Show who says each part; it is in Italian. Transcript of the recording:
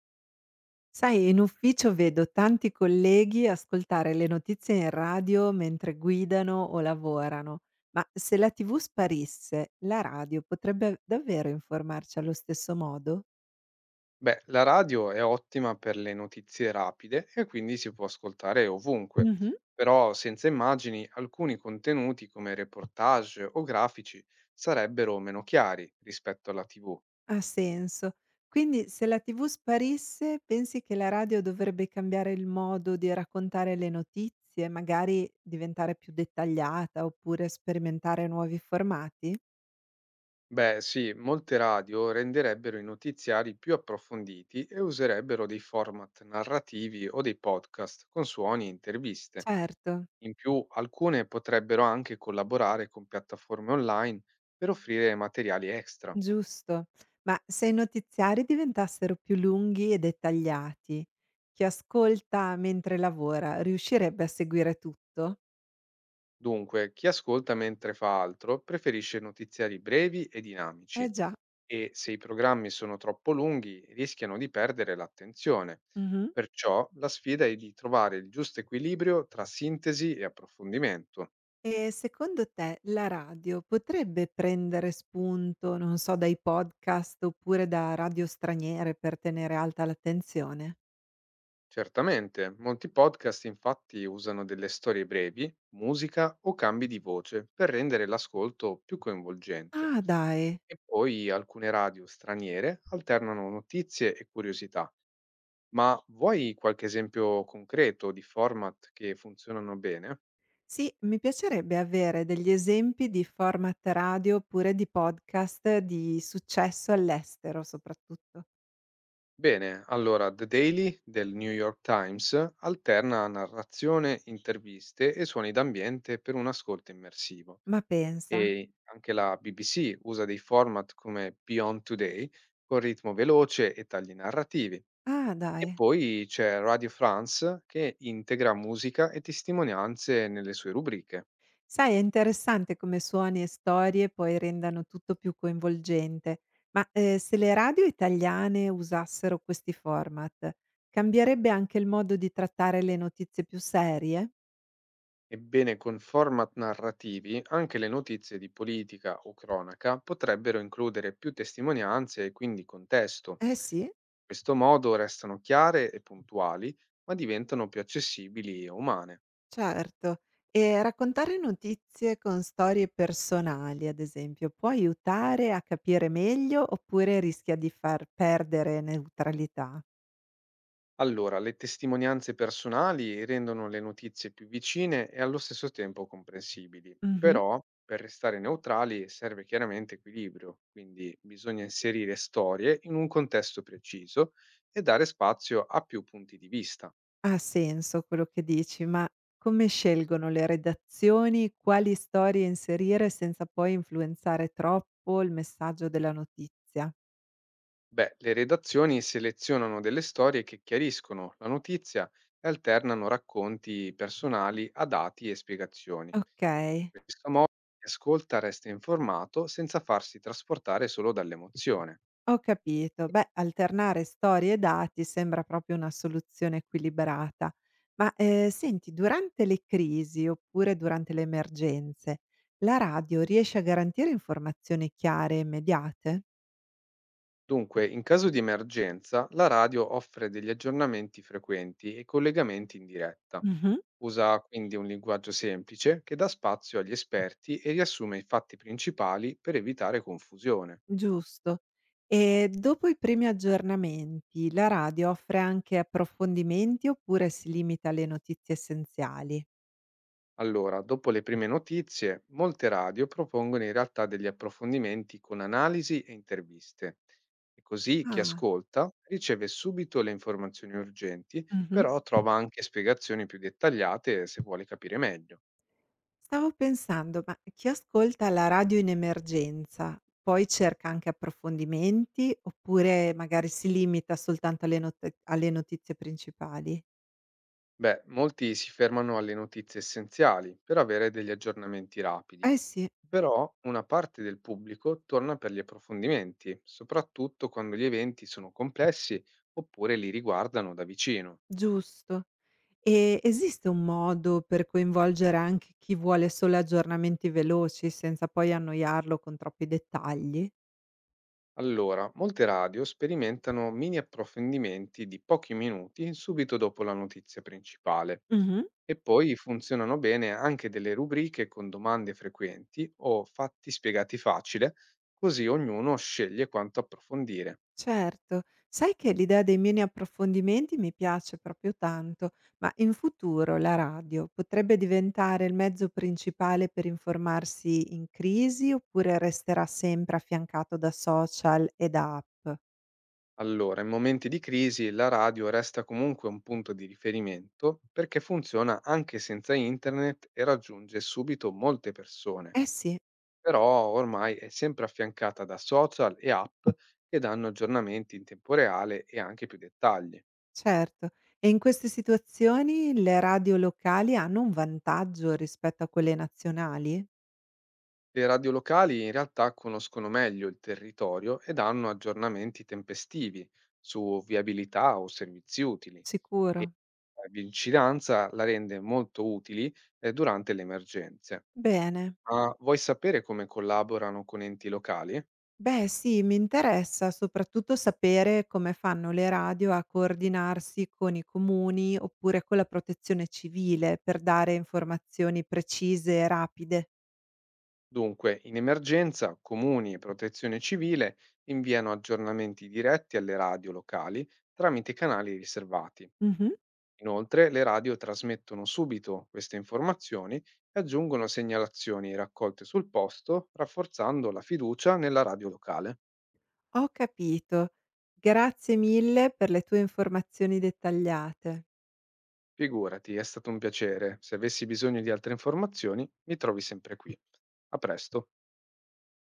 Speaker 1: Sai, in ufficio vedo tanti colleghi ascoltare le notizie in radio mentre guidano o lavorano, ma se la TV sparisse, la radio potrebbe davvero informarci allo stesso modo?
Speaker 2: Beh, la radio è ottima per le notizie rapide e quindi si può ascoltare ovunque,
Speaker 1: Mhm.
Speaker 2: però senza immagini alcuni contenuti come reportage o grafici sarebbero meno chiari rispetto alla TV.
Speaker 1: Ha senso. Quindi se la TV sparisse, pensi che la radio dovrebbe cambiare il modo di raccontare le notizie, magari diventare più dettagliata oppure sperimentare nuovi formati?
Speaker 2: Beh, sì, molte radio renderebbero i notiziari più approfonditi e userebbero dei format narrativi o dei podcast con suoni e interviste.
Speaker 1: Certo.
Speaker 2: In più, alcune potrebbero anche collaborare con piattaforme online per offrire materiali extra.
Speaker 1: Giusto. Ma se i notiziari diventassero più lunghi e dettagliati, chi ascolta mentre lavora riuscirebbe a seguire tutto?
Speaker 2: Dunque, chi ascolta mentre fa altro preferisce notiziari brevi e
Speaker 1: Eh
Speaker 2: dinamici
Speaker 1: già.
Speaker 2: e se i programmi sono troppo lunghi rischiano di perdere l'attenzione.
Speaker 1: Mh-mh.
Speaker 2: Perciò la sfida è di trovare il giusto equilibrio tra sintesi e approfondimento.
Speaker 1: E secondo te la radio potrebbe prendere spunto, non so, dai podcast oppure da radio straniere per tenere alta l'attenzione?
Speaker 2: Certamente, molti podcast infatti usano delle storie brevi, musica o cambi di voce per rendere l'ascolto più coinvolgente.
Speaker 1: Ah, dai.
Speaker 2: E poi alcune radio straniere alternano notizie e curiosità. Ma vuoi qualche esempio concreto di format che funzionano bene?
Speaker 1: Sì, mi piacerebbe avere degli esempi di format radio oppure di podcast di successo all'estero soprattutto.
Speaker 2: Bene, allora The Daily del New York Times alterna narrazione, interviste e suoni d'ambiente per un ascolto immersivo.
Speaker 1: Ma pensa.
Speaker 2: E anche la BBC usa dei format come Beyond Today con ritmo veloce e tagli narrativi.
Speaker 1: Ah,
Speaker 2: E
Speaker 1: dai.
Speaker 2: poi c'è Radio France che integra musica e testimonianze nelle sue rubriche.
Speaker 1: Sai, è interessante come suoni e storie poi rendano tutto più coinvolgente. Ma, se le radio italiane usassero questi format, cambierebbe anche il modo di trattare le notizie più serie?
Speaker 2: Ebbene, con format narrativi, anche le notizie di politica o cronaca potrebbero includere più testimonianze e quindi contesto.
Speaker 1: Eh sì,
Speaker 2: In questo modo restano chiare e puntuali, ma diventano più accessibili e umane.
Speaker 1: certo. E raccontare notizie con storie personali, ad esempio, può aiutare a capire meglio oppure rischia di far perdere neutralità?
Speaker 2: Allora, le testimonianze personali rendono le notizie più vicine e allo stesso tempo comprensibili.
Speaker 1: Mh-mh.
Speaker 2: Però, per restare neutrali, serve chiaramente equilibrio, quindi bisogna inserire storie in un contesto preciso e dare spazio a più punti di vista.
Speaker 1: Ha senso quello che dici, ma come scelgono le redazioni quali storie inserire senza poi influenzare troppo il messaggio della notizia?
Speaker 2: Beh, le redazioni selezionano delle storie che chiariscono la notizia e alternano racconti personali a dati e spiegazioni.
Speaker 1: Okay,
Speaker 2: In questo modo chi ascolta resta informato senza farsi trasportare solo dall'emozione.
Speaker 1: ho capito. Beh, alternare storie e dati sembra proprio una soluzione equilibrata. Ma, senti, durante le crisi oppure durante le emergenze, la radio riesce a garantire informazioni chiare e immediate?
Speaker 2: Dunque, in caso di emergenza, la radio offre degli aggiornamenti frequenti e collegamenti in diretta.
Speaker 1: Mh-mh.
Speaker 2: Usa quindi un linguaggio semplice che dà spazio agli esperti e riassume i fatti principali per evitare confusione.
Speaker 1: Giusto. E dopo i primi aggiornamenti, la radio offre anche approfondimenti oppure si limita alle notizie essenziali?
Speaker 2: Allora, dopo le prime notizie, molte radio propongono in realtà degli approfondimenti con analisi e interviste. E così chi
Speaker 1: Ah.
Speaker 2: ascolta riceve subito le informazioni urgenti,
Speaker 1: Mh-mh.
Speaker 2: però trova anche spiegazioni più dettagliate se vuole capire meglio.
Speaker 1: Stavo pensando, ma chi ascolta la radio in emergenza poi cerca anche approfondimenti oppure magari si limita soltanto alle not alle notizie principali?
Speaker 2: Beh, molti si fermano alle notizie essenziali per avere degli aggiornamenti rapidi,
Speaker 1: Eh sì,
Speaker 2: però una parte del pubblico torna per gli approfondimenti, soprattutto quando gli eventi sono complessi oppure li riguardano da vicino.
Speaker 1: giusto. E esiste un modo per coinvolgere anche chi vuole solo aggiornamenti veloci, senza poi annoiarlo con troppi dettagli?
Speaker 2: Allora, molte radio sperimentano mini approfondimenti di pochi minuti subito dopo la notizia principale
Speaker 1: Mhm.
Speaker 2: e poi funzionano bene anche delle rubriche con domande frequenti o fatti spiegati facile, così ognuno sceglie quanto approfondire.
Speaker 1: Certo, sai che l'idea dei mini approfondimenti mi piace proprio tanto, ma in futuro la radio potrebbe diventare il mezzo principale per informarsi in crisi oppure resterà sempre affiancato da social e da app?
Speaker 2: Allora, in momenti di crisi la radio resta comunque un punto di riferimento perché funziona anche senza internet e raggiunge subito molte persone.
Speaker 1: Eh sì.
Speaker 2: Però ormai è sempre affiancata da social e app che danno aggiornamenti in tempo reale e anche più dettagli.
Speaker 1: Certo. E in queste situazioni le radio locali hanno un vantaggio rispetto a quelle nazionali?
Speaker 2: Le radio locali in realtà conoscono meglio il territorio e danno aggiornamenti tempestivi su viabilità o servizi utili.
Speaker 1: Sicuro.
Speaker 2: La vicinanza la rende molto utili durante le emergenze.
Speaker 1: Bene.
Speaker 2: Ma vuoi sapere come collaborano con enti locali?
Speaker 1: Beh, sì, mi interessa soprattutto sapere come fanno le radio a coordinarsi con i comuni oppure con la protezione civile per dare informazioni precise e rapide.
Speaker 2: Dunque, in emergenza, comuni e protezione civile inviano aggiornamenti diretti alle radio locali tramite canali riservati.
Speaker 1: Mhm.
Speaker 2: Inoltre, le radio trasmettono subito queste informazioni e aggiungono segnalazioni raccolte sul posto, rafforzando la fiducia nella radio locale.
Speaker 1: Ho capito. Grazie mille per le tue informazioni dettagliate.
Speaker 2: Figurati, è stato un piacere. Se avessi bisogno di altre informazioni, mi trovi sempre qui. A presto.